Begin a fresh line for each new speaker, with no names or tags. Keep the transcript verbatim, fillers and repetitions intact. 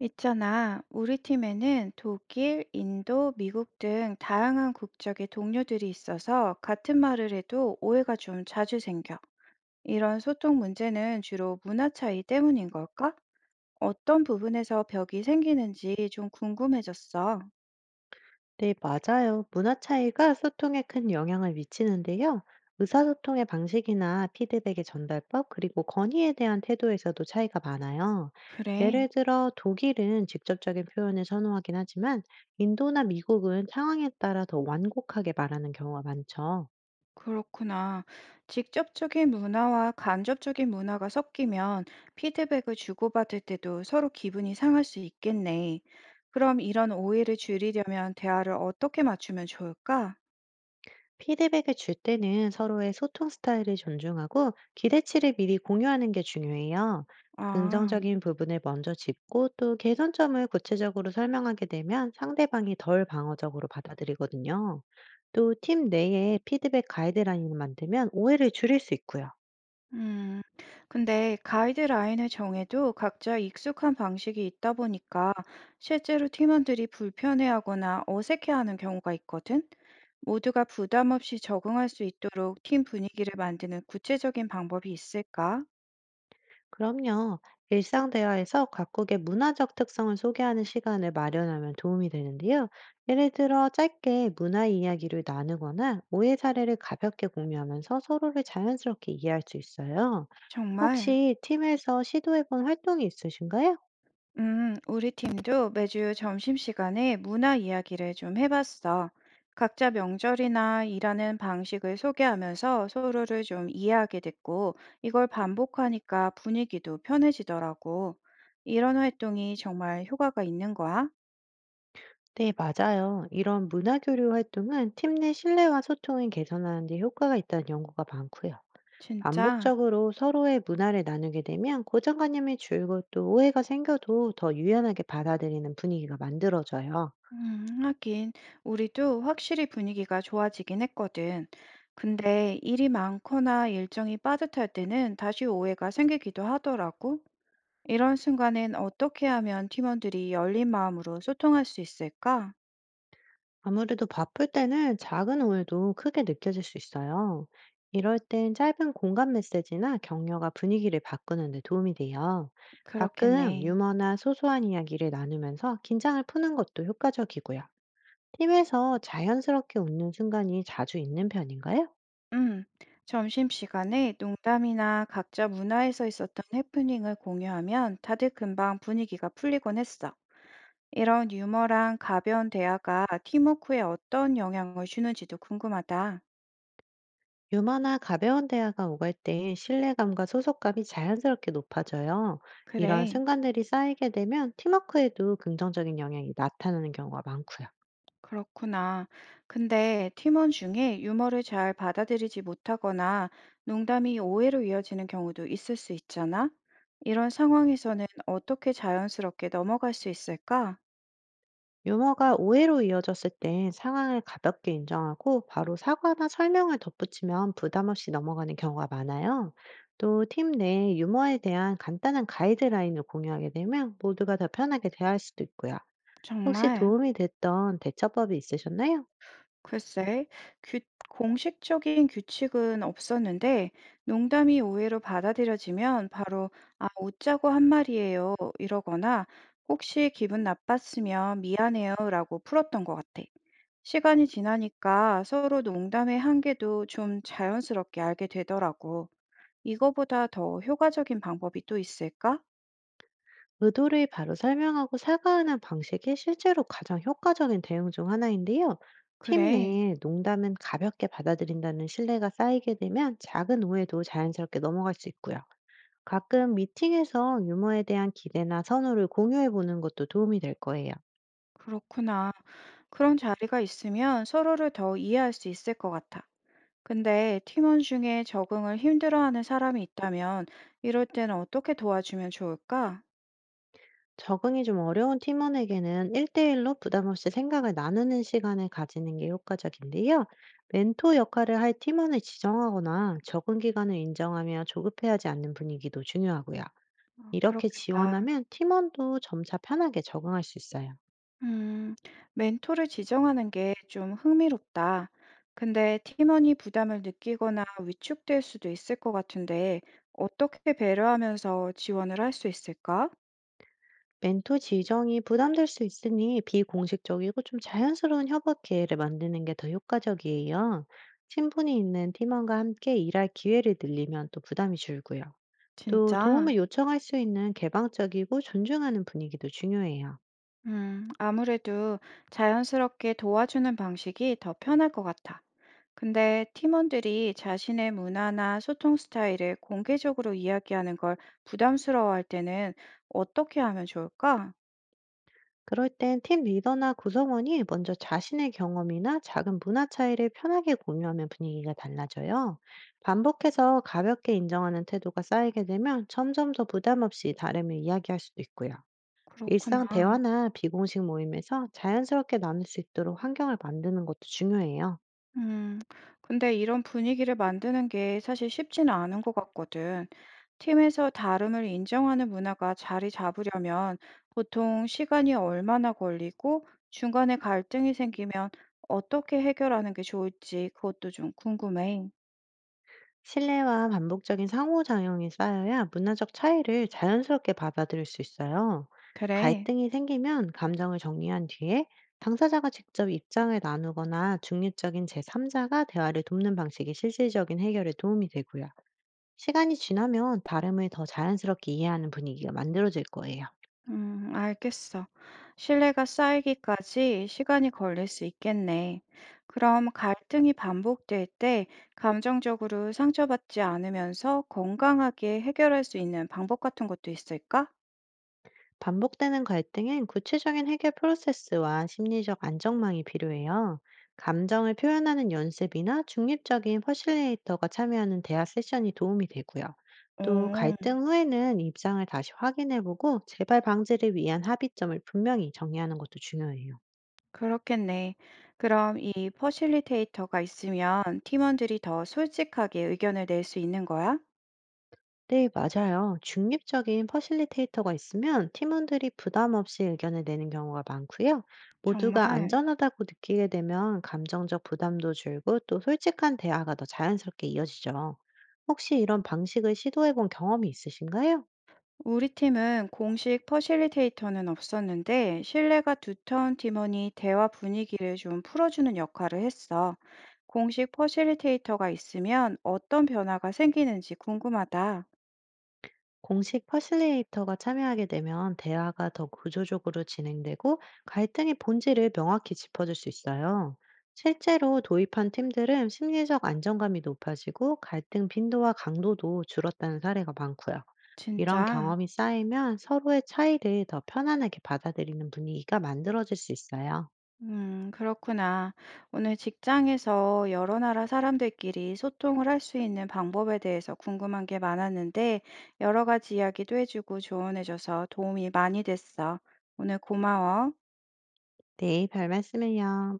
있잖아, 우리 팀에는 독일, 인도, 미국 등 다양한 국적의 동료들이 있어서 같은 말을 해도 오해가 좀 자주 생겨. 이런 소통 문제는 주로 문화 차이 때문인 걸까? 어떤 부분에서 벽이 생기는지 좀 궁금해졌어.
네, 맞아요. 문화 차이가 소통에 큰 영향을 미치는데요. 의사소통의 방식이나 피드백의 전달법, 그리고 건의에 대한 태도에서도 차이가 많아요.
그래.
예를 들어, 독일은 직접적인 표현을 선호하긴 하지만, 인도나 미국은 상황에 따라 더 완곡하게 말하는 경우가 많죠.
그렇구나. 직접적인 문화와 간접적인 문화가 섞이면 피드백을 주고받을 때도 서로 기분이 상할 수 있겠네. 그럼 이런 오해를 줄이려면 대화를 어떻게 맞추면 좋을까?
피드백을 줄 때는 서로의 소통 스타일을 존중하고 기대치를 미리 공유하는 게 중요해요.
아,
긍정적인 부분을 먼저 짚고 또 개선점을 구체적으로 설명하게 되면 상대방이 덜 방어적으로 받아들이거든요. 또 팀 내에 피드백 가이드라인을 만들면 오해를 줄일 수 있고요.
음. 근데 가이드라인을 정해도 각자 익숙한 방식이 있다 보니까 실제로 팀원들이 불편해하거나 어색해하는 경우가 있거든. 모두가 부담 없이 적응할 수 있도록 팀 분위기를 만드는 구체적인 방법이 있을까?
그럼요. 일상 대화에서 각국의 문화적 특성을 소개하는 시간을 마련하면 도움이 되는데요. 예를 들어 짧게 문화 이야기를 나누거나 오해 사례를 가볍게 공유하면서 서로를 자연스럽게 이해할 수 있어요.
정말?
혹시 팀에서 시도해본 활동이 있으신가요?
음, 우리 팀도 매주 점심시간에 문화 이야기를 좀 해봤어. 각자 명절이나 일하는 방식을 소개하면서 서로를 좀 이해하게 됐고, 이걸 반복하니까 분위기도 편해지더라고. 이런 활동이 정말 효과가 있는 거야?
네, 맞아요. 이런 문화 교류 활동은 팀 내 신뢰와 소통을 개선하는 데 효과가 있다는 연구가 많고요.
진짜?
반복적으로 서로의 문화를 나누게 되면 고정관념이 줄고 또 오해가 생겨도 더 유연하게 받아들이는 분위기가 만들어져요.
음, 하긴, 우리도 확실히 분위기가 좋아지긴 했거든. 근데 일이 많거나 일정이 빠듯할 때는 다시 오해가 생기기도 하더라고. 이런 순간엔 어떻게 하면 팀원들이 열린 마음으로 소통할 수 있을까?
아무래도 바쁠 때는 작은 오해도 크게 느껴질 수 있어요. 이럴 땐 짧은 공감 메시지나 격려가 분위기를 바꾸는 데 도움이 돼요. 가끔
그렇겠네.
유머나 소소한 이야기를 나누면서 긴장을 푸는 것도 효과적이고요. 팀에서 자연스럽게 웃는 순간이 자주 있는 편인가요?
음, 점심시간에 농담이나 각자 문화에서 있었던 해프닝을 공유하면 다들 금방 분위기가 풀리곤 했어. 이런 유머랑 가벼운 대화가 팀워크에 어떤 영향을 주는지도 궁금하다.
유머나 가벼운 대화가 오갈 때 신뢰감과 소속감이 자연스럽게 높아져요. 이런
그래.
순간들이 쌓이게 되면 팀워크에도 긍정적인 영향이 나타나는 경우가 많고요.
그렇구나. 근데 팀원 중에 유머를 잘 받아들이지 못하거나 농담이 오해로 이어지는 경우도 있을 수 있잖아. 이런 상황에서는 어떻게 자연스럽게 넘어갈 수 있을까?
유머가 오해로 이어졌을 때 상황을 가볍게 인정하고 바로 사과나 설명을 덧붙이면 부담 없이 넘어가는 경우가 많아요. 또 팀 내 유머에 대한 간단한 가이드라인을 공유하게 되면 모두가 더 편하게 대화할 수도 있고요. 혹시
정말,
도움이 됐던 대처법이 있으셨나요?
글쎄, 규- 공식적인 규칙은 없었는데 농담이 오해로 받아들여지면 바로 아, 웃자고 한 말이에요. 이러거나 혹시 기분 나빴으면 미안해요라고 풀었던 것 같아. 시간이 지나니까 서로 농담의 한계도 좀 자연스럽게 알게 되더라고. 이거보다 더 효과적인 방법이 또 있을까?
의도를 바로 설명하고 사과하는 방식이 실제로 가장 효과적인 대응 중 하나인데요. 팀
그래,
내에 농담은 가볍게 받아들인다는 신뢰가 쌓이게 되면 작은 오해도 자연스럽게 넘어갈 수 있고요. 가끔 미팅에서 유머에 대한 기대나 선호를 공유해 보는 것도 도움이 될 거예요.
그렇구나. 그런 자리가 있으면 서로를 더 이해할 수 있을 것 같아. 근데 팀원 중에 적응을 힘들어하는 사람이 있다면 이럴 때는 어떻게 도와주면 좋을까?
적응이 좀 어려운 팀원에게는 일 대일로 부담 없이 생각을 나누는 시간을 가지는 게 효과적인데요. 멘토 역할을 할 팀원을 지정하거나 적응 기간을 인정하며 조급해하지 않는 분위기도 중요하고요.
아,
이렇게
그렇겠다.
지원하면 팀원도 점차 편하게 적응할 수 있어요.
음, 멘토를 지정하는 게 좀 흥미롭다. 근데 팀원이 부담을 느끼거나 위축될 수도 있을 것 같은데, 어떻게 배려하면서 지원을 할 수 있을까?
멘토 지정이 부담될 수 있으니 비공식적이고 좀 자연스러운 협업 기회를 만드는 게 더 효과적이에요. 친분이 있는 팀원과 함께 일할 기회를 늘리면 또 부담이 줄고요. 또
진짜?
도움을 요청할 수 있는 개방적이고 존중하는 분위기도 중요해요.
음, 아무래도 자연스럽게 도와주는 방식이 더 편할 것 같아. 근데 팀원들이 자신의 문화나 소통 스타일을 공개적으로 이야기하는 걸 부담스러워할 때는 어떻게 하면 좋을까?
그럴 땐 팀 리더나 구성원이 먼저 자신의 경험이나 작은 문화 차이를 편하게 공유하면 분위기가 달라져요. 반복해서 가볍게 인정하는 태도가 쌓이게 되면 점점 더 부담 없이 다름을 이야기할 수도 있고요. 일상
그렇구나.
대화나 비공식 모임에서 자연스럽게 나눌 수 있도록 환경을 만드는 것도 중요해요.
음, 근데 이런 분위기를 만드는 게 사실 쉽지는 않은 것 같거든. 팀에서 다름을 인정하는 문화가 자리 잡으려면 보통 시간이 얼마나 걸리고 중간에 갈등이 생기면 어떻게 해결하는 게 좋을지 그것도 좀 궁금해.
신뢰와 반복적인 상호작용이 쌓여야 문화적 차이를 자연스럽게 받아들일 수 있어요.
그래.
갈등이 생기면 감정을 정리한 뒤에 당사자가 직접 입장을 나누거나 중립적인 제삼자가 대화를 돕는 방식이 실질적인 해결에 도움이 되고요. 시간이 지나면 다름을 더 자연스럽게 이해하는 분위기가 만들어질 거예요.
음, 알겠어. 신뢰가 쌓이기까지 시간이 걸릴 수 있겠네. 그럼 갈등이 반복될 때 감정적으로 상처받지 않으면서 건강하게 해결할 수 있는 방법 같은 것도 있을까?
반복되는 갈등엔 구체적인 해결 프로세스와 심리적 안정망이 필요해요. 감정을 표현하는 연습이나 중립적인 퍼실리에이터가 참여하는 대화 세션이 도움이 되고요. 또
오,
갈등 후에는 입장을 다시 확인해보고 재발 방지를 위한 합의점을 분명히 정리하는 것도 중요해요.
그렇겠네. 그럼 이 퍼실리테이터가 있으면 팀원들이 더 솔직하게 의견을 낼 수 있는 거야?
네, 맞아요. 중립적인 퍼실리테이터가 있으면 팀원들이 부담 없이 의견을 내는 경우가 많고요. 모두가
정말.
안전하다고 느끼게 되면 감정적 부담도 줄고 또 솔직한 대화가 더 자연스럽게 이어지죠. 혹시 이런 방식을 시도해 본 경험이 있으신가요?
우리 팀은 공식 퍼실리테이터는 없었는데 신뢰가 두터운 팀원이 대화 분위기를 좀 풀어주는 역할을 했어. 공식 퍼실리테이터가 있으면 어떤 변화가 생기는지 궁금하다.
공식 퍼실리에이터가 참여하게 되면 대화가 더 구조적으로 진행되고 갈등의 본질을 명확히 짚어줄 수 있어요. 실제로 도입한 팀들은 심리적 안정감이 높아지고 갈등 빈도와 강도도 줄었다는 사례가 많고요. 이런
진짜?
경험이 쌓이면 서로의 차이를 더 편안하게 받아들이는 분위기가 만들어질 수 있어요.
음, 그렇구나. 오늘 직장에서 여러 나라 사람들끼리 소통을 할 수 있는 방법에 대해서 궁금한 게 많았는데 여러 가지 이야기도 해주고 조언해줘서 도움이 많이 됐어. 오늘 고마워.
네, 별 말씀을요.